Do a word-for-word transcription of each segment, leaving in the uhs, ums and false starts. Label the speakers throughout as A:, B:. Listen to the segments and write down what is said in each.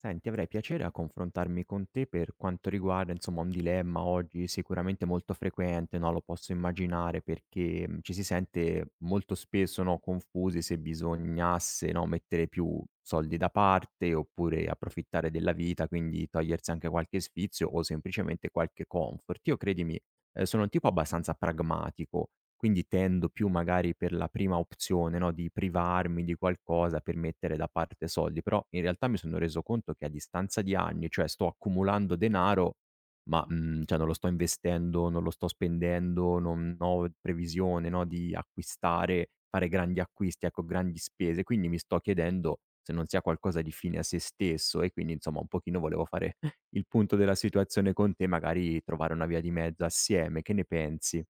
A: Senti, avrei piacere a confrontarmi con te per quanto riguarda, insomma, un dilemma oggi sicuramente molto frequente, no, lo posso immaginare perché, mhmm, ci si sente molto spesso, no, confusi se bisognasse, no, mettere più soldi da parte oppure approfittare della vita, quindi togliersi anche qualche sfizio o semplicemente qualche comfort. Io credimi ehm, sono un tipo abbastanza pragmatico, quindi tendo più magari per la prima opzione, no, di privarmi di qualcosa per mettere da parte soldi, però in realtà mi sono reso conto che a distanza di anni, cioè sto accumulando denaro, ma, mhmm, cioè non lo sto investendo, non lo sto spendendo, non ho previsione, no, di acquistare, fare grandi acquisti, ecco, grandi spese, quindi mi sto chiedendo se non sia qualcosa di fine a sé stesso e quindi insomma un pochino volevo fare il punto della situazione con te, magari trovare una via di mezzo assieme, che ne pensi?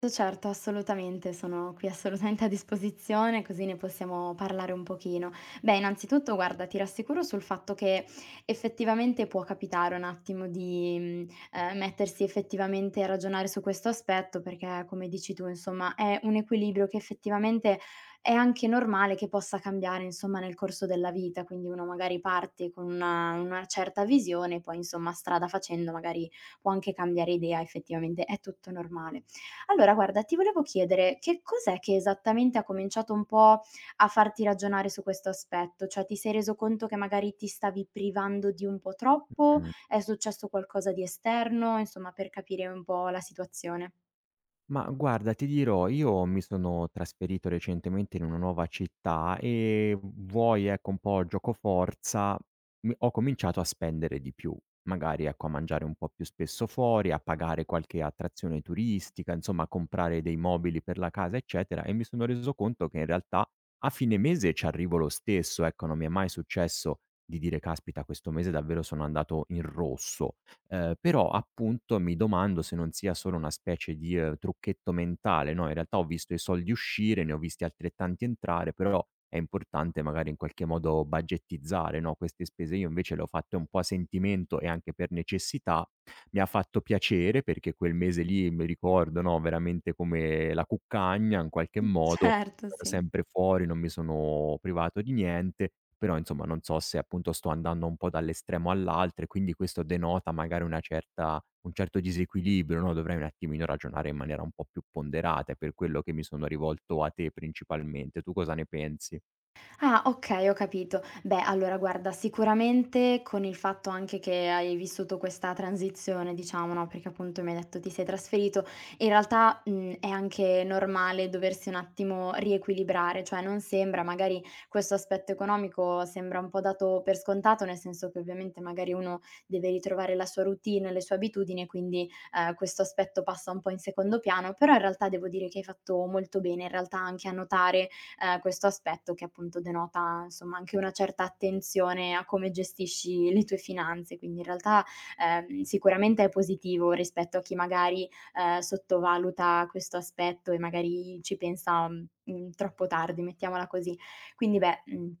B: Sì, Certo, assolutamente, sono qui assolutamente a disposizione, così ne possiamo parlare un pochino. Beh, innanzitutto guarda, ti rassicuro sul fatto che effettivamente può capitare un attimo di, mhmm, ehm, mettersi effettivamente a ragionare su questo aspetto, perché come dici tu, insomma, è un equilibrio che effettivamente è anche normale che possa cambiare, insomma, nel corso della vita. Quindi uno magari parte con una una certa visione, poi insomma strada facendo magari può anche cambiare idea, effettivamente è tutto normale. Allora guarda, ti volevo chiedere che cos'è che esattamente ha cominciato un po' a farti ragionare su questo aspetto? Cioè ti sei reso conto che magari ti stavi privando di un po' troppo?
A: Mh.
B: È successo qualcosa di esterno? Insomma, per capire un po' la situazione.
A: Ma guarda, ti dirò, io mi sono trasferito recentemente in una nuova città e vuoi, ecco, un po' giocoforza, mi- ho cominciato a spendere di più, magari, ecco, a mangiare un po' più spesso fuori, a pagare qualche attrazione turistica, insomma, a comprare dei mobili per la casa, eccetera, e mi sono reso conto che in realtà a fine mese ci arrivo lo stesso, ecco, non mi è mai successo di dire, caspita, questo mese davvero sono andato in rosso. Ehm, però appunto mi domando se non sia solo una specie di, ehm, trucchetto mentale, no, in realtà ho visto i soldi uscire, ne ho visti altrettanti entrare, però è importante magari in qualche modo budgettizzare, no, queste spese. Io invece le ho fatte un po' a sentimento e anche per necessità. Mi ha fatto piacere perché quel mese lì mi ricordo, no, veramente come la cuccagna in qualche modo,
B: Certo, sì.
A: sempre fuori, non mi sono privato di niente, però insomma non so se appunto sto andando un po' dall'estremo all'altro e quindi questo denota magari una certa un certo disequilibrio, no, dovrei un attimino ragionare in maniera un po' più ponderata, è per quello che mi sono rivolto a te principalmente. Tu cosa ne pensi?
B: Ah, okay, ho capito. Beh, allora guarda, sicuramente con il fatto anche che hai vissuto questa transizione, diciamo, no, perché appunto mi hai detto ti sei trasferito, in realtà, mhmm, è anche normale doversi un attimo riequilibrare, cioè non sembra magari questo aspetto economico sembra un po' dato per scontato, nel senso che ovviamente magari uno deve ritrovare la sua routine, le sue abitudini e quindi, ehm, questo aspetto passa un po' in secondo piano, però in realtà devo dire che hai fatto molto bene in realtà anche a notare ehm, questo aspetto che appunto denota, insomma, anche una certa attenzione a come gestisci le tue finanze. Quindi in realtà, ehm, sicuramente è positivo rispetto a chi magari, ehm, sottovaluta questo aspetto e magari ci pensa, mhmm, troppo tardi, mettiamola così. Quindi beh, mhmm,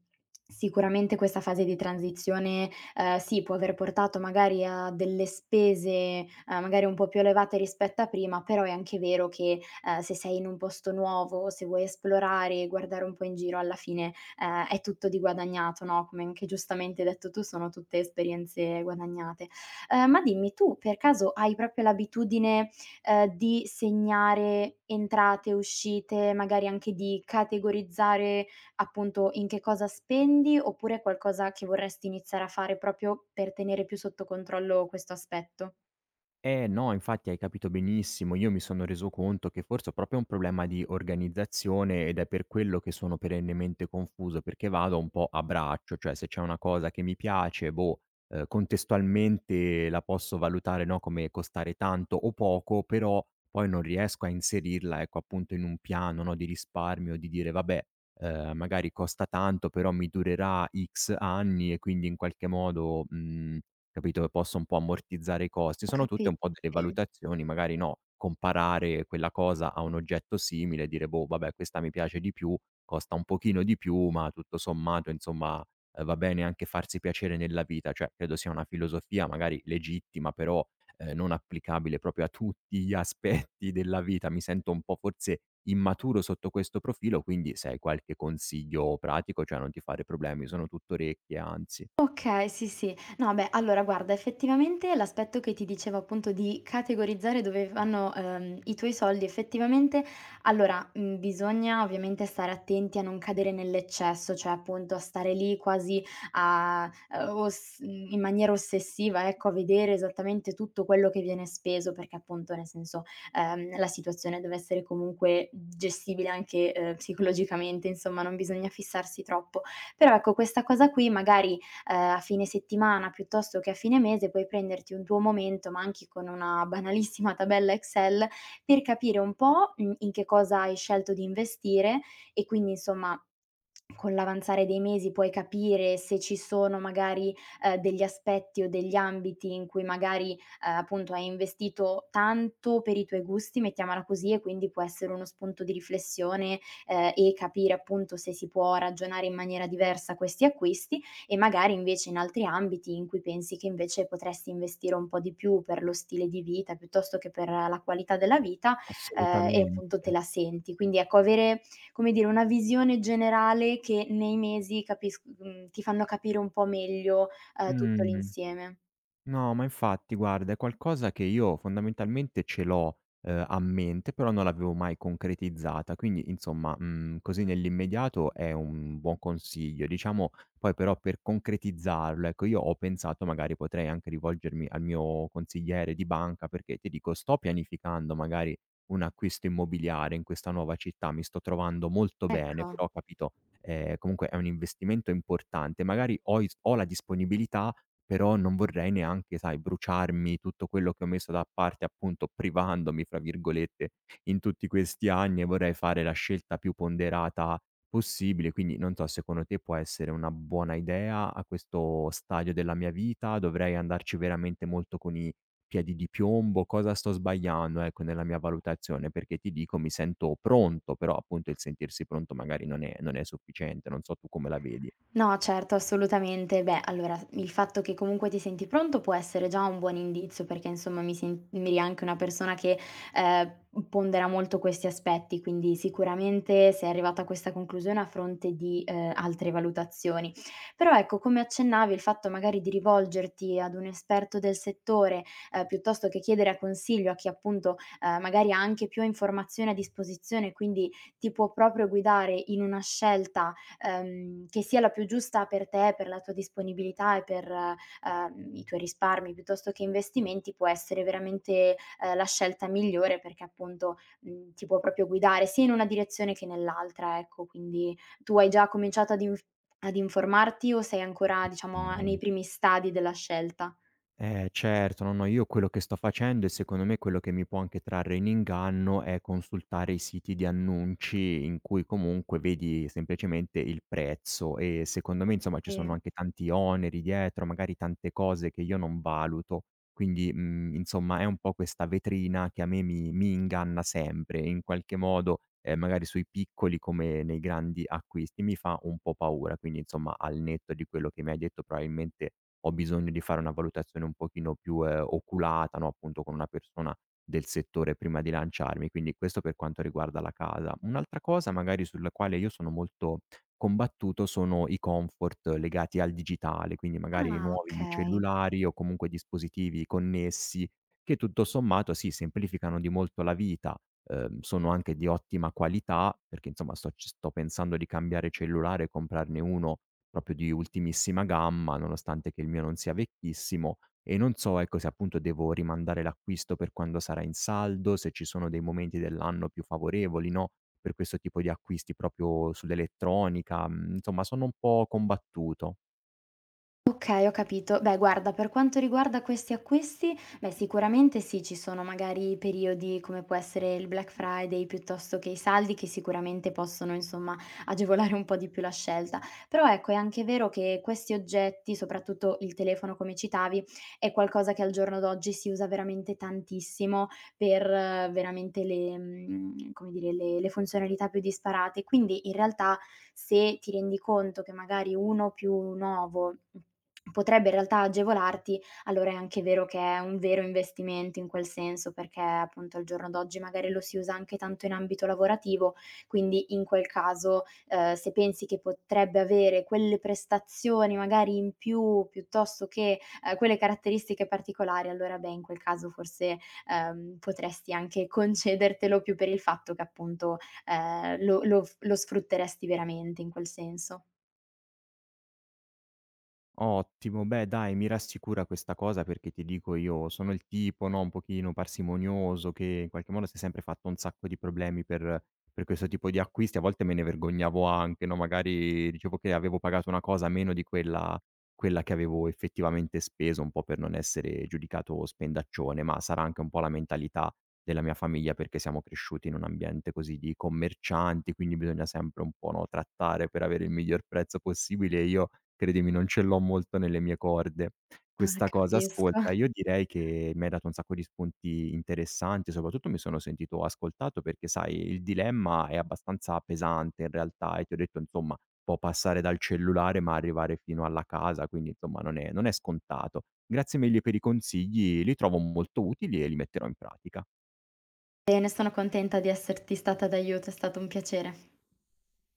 B: sicuramente questa fase di transizione, ehm, sì, può aver portato magari a delle spese, ehm, magari un po' più elevate rispetto a prima, però è anche vero che, ehm, se sei in un posto nuovo, se vuoi esplorare e guardare un po' in giro alla fine, ehm, è tutto di guadagnato, no, come anche giustamente hai detto tu, sono tutte esperienze guadagnate. Ehm, ma dimmi, tu per caso hai proprio l'abitudine, ehm, di segnare entrate, uscite, magari anche di categorizzare appunto in che cosa spendi, oppure è qualcosa che vorresti iniziare a fare proprio per tenere più sotto controllo questo aspetto?
A: Eh no, infatti hai capito benissimo. Io mi sono reso conto che forse ho proprio un problema di organizzazione ed è per quello che sono perennemente confuso, perché vado un po' a braccio, cioè se c'è una cosa che mi piace, boh, eh, contestualmente la posso valutare, no, come costare tanto o poco, però poi non riesco a inserirla, ecco, appunto in un piano, no, di risparmio, di dire vabbè, eh, magari costa tanto, però mi durerà X anni e quindi in qualche modo... mm, Capito? Posso un po' ammortizzare i costi.
B: Ho
A: Sono
B: capi
A: tutte un po' delle
B: sì.
A: valutazioni, magari no, comparare quella cosa a un oggetto simile e dire: "Boh, vabbè questa mi piace di più, costa un pochino di più, ma tutto sommato insomma, ehm, va bene anche farsi piacere nella vita." Cioè, credo sia una filosofia magari legittima, però, ehm, non applicabile proprio a tutti gli aspetti della vita. Mi sento un po' forse immaturo sotto questo profilo, quindi se hai qualche consiglio pratico, cioè non ti fare problemi, sono tutto orecchie anzi.
B: Okay, sì, sì. No, beh, allora guarda, effettivamente l'aspetto che ti dicevo appunto di categorizzare dove vanno, ehm, i tuoi soldi, effettivamente allora, mhmm, bisogna ovviamente stare attenti a non cadere nell'eccesso, cioè appunto a stare lì quasi a ehm, oss mhmm, in maniera ossessiva, ecco, a vedere esattamente tutto quello che viene speso, perché appunto, nel senso, ehm, la situazione deve essere comunque gestibile anche, ehm, psicologicamente, insomma, non bisogna fissarsi troppo. Però ecco, questa cosa qui magari ehm, a fine settimana piuttosto che a fine mese puoi prenderti un tuo momento, ma anche con una banalissima tabella Excel, per capire un po', mhmm, in che cosa hai scelto di investire e quindi insomma con l'avanzare dei mesi puoi capire se ci sono magari, ehm, degli aspetti o degli ambiti in cui magari, ehm, appunto hai investito tanto per i tuoi gusti, mettiamola così, e quindi può essere uno spunto di riflessione, ehm, e capire appunto se si può ragionare in maniera diversa questi acquisti e magari invece in altri ambiti in cui pensi che invece potresti investire un po' di più per lo stile di vita, piuttosto che per la qualità della vita, ehm, e
A: Assolutamente.
B: appunto te la senti. Quindi ecco, avere, come dire, una visione generale che nei mesi capis mhmm, ti fanno capire un po' meglio, ehm, tutto
A: Mh.
B: l'insieme.
A: No, ma infatti guarda, è qualcosa che io fondamentalmente ce l'ho, ehm, a mente, però non l'avevo mai concretizzata. Quindi insomma, mhmm, così nell'immediato è un buon consiglio. Diciamo poi però per concretizzarlo, ecco, io ho pensato magari potrei anche rivolgermi al mio consigliere di banca, perché ti dico sto pianificando magari un acquisto immobiliare in questa nuova città, mi sto trovando molto bene,
B: Ecco.
A: però capito, ehm, comunque è un investimento importante. Magari ho i s ho la disponibilità, però non vorrei neanche, sai, bruciarmi tutto quello che ho messo da parte, appunto, "privandomi" fra virgolette, in tutti questi anni e vorrei fare la scelta più ponderata possibile. Quindi non so, secondo te può essere una buona idea a questo stadio della mia vita? Dovrei andarci veramente molto con i piedi di piombo? Cosa sto sbagliando, ecco, nella mia valutazione? Perché ti dico, mi sento pronto, però appunto il sentirsi pronto magari non è non è sufficiente. Non so tu come la vedi.
B: No, certo, assolutamente. Beh, allora, s il fatto che comunque ti senti pronto può essere già un buon indizio, perché insomma mi sembri anche una persona che, ehm, pondera molto questi aspetti, quindi sicuramente sei arrivata a questa conclusione a fronte di, ehm, altre valutazioni. Però ecco, come accennavi, il fatto magari di rivolgerti ad un esperto del settore, ehm, piuttosto che chiedere a consiglio a chi appunto, ehm, magari ha anche più informazioni a disposizione, quindi ti può proprio guidare in una scelta ehm, che sia la più giusta per te, per la tua disponibilità e per, ehm, i tuoi risparmi piuttosto che investimenti, può essere veramente, ehm, la scelta migliore perché appunto, mhmm, ti può proprio guidare sia in una direzione che nell'altra, ecco. Quindi tu hai già cominciato ad inf ad informarti o sei ancora, diciamo, nei primi stadi della scelta?
A: Eh certo, no, no, io quello che sto facendo e secondo me quello che mi può anche trarre in inganno è consultare i siti di annunci in cui comunque vedi semplicemente il prezzo e secondo me insomma ci sono
B: Sì.
A: anche tanti oneri dietro, magari tante cose che io non valuto. Quindi, mhmm, insomma è un po' questa vetrina che a me mi mi inganna sempre in qualche modo, ehm, magari sui piccoli come nei grandi acquisti, mi fa un po' paura. Quindi insomma al netto di quello che mi hai detto probabilmente ho bisogno di fare una valutazione un pochino più, ehm, oculata, no, appunto con una persona del settore prima di lanciarmi. Quindi questo per quanto riguarda la casa. Un'altra cosa magari sulla quale io sono molto combattuto sono i comfort legati al digitale, quindi magari i
B: Ah,
A: nuovi
B: okay.
A: cellulari o comunque dispositivi connessi che tutto sommato sì, semplificano di molto la vita, ehm, sono anche di ottima qualità, perché insomma sto c sto pensando di cambiare cellulare e comprarne uno proprio di ultimissima gamma, nonostante che il mio non sia vecchissimo e non so, ecco, se appunto devo rimandare l'acquisto per quando sarà in saldo, se ci sono dei momenti dell'anno più favorevoli, no, per questo tipo di acquisti proprio sull'elettronica, mhmm, insomma sono un po' combattuto.
B: Okay, ho capito. Beh, guarda, per quanto riguarda questi acquisti, beh, sicuramente sì, ci sono magari periodi come può essere il Black Friday piuttosto che i saldi che sicuramente possono, insomma, agevolare un po' di più la scelta. Però ecco, è anche vero che questi oggetti, soprattutto il telefono come citavi, è qualcosa che al giorno d'oggi si usa veramente tantissimo per eh, veramente le mhmm, come dire, le le funzionalità più disparate. Quindi in realtà se ti rendi conto che magari uno più nuovo potrebbe in realtà agevolarti, allora è anche vero che è un vero investimento in quel senso, perché appunto al giorno d'oggi magari lo si usa anche tanto in ambito lavorativo, quindi in quel caso, ehm, se pensi che potrebbe avere quelle prestazioni magari in più, piuttosto che, ehm, quelle caratteristiche particolari, allora beh, in quel caso forse, ehm, potresti anche concedertelo più per il fatto che appunto, ehm, lo lo f lo sfrutteresti veramente in quel senso.
A: Ottimo, beh dai, mi rassicura questa cosa perché ti dico io sono il tipo, no, un pochino parsimonioso che in qualche modo si è sempre fatto un sacco di problemi per per questo tipo di acquisti, a volte me ne vergognavo anche, no, magari dicevo che avevo pagato una cosa meno di quella quella che avevo effettivamente speso, un po' per non essere giudicato spendaccione, ma sarà anche un po' la mentalità della mia famiglia, perché siamo cresciuti in un ambiente così di commercianti, quindi bisogna sempre un po', no, trattare per avere il miglior prezzo possibile e io, credimi, non ce l'ho molto nelle mie corde
B: Ah,
A: questa cosa.
B: capisco.
A: Ascolta, io direi che mi hai dato un sacco di spunti interessanti, soprattutto mi sono sentito ascoltato perché, sai, il dilemma è abbastanza pesante in realtà e ti ho detto, insomma, può passare dal cellulare ma arrivare fino alla casa, quindi insomma non è non è scontato. Grazie mille per i consigli, li trovo molto utili e li metterò in pratica.
B: Bene, sono contenta di esserti stata d'aiuto, è stato un piacere.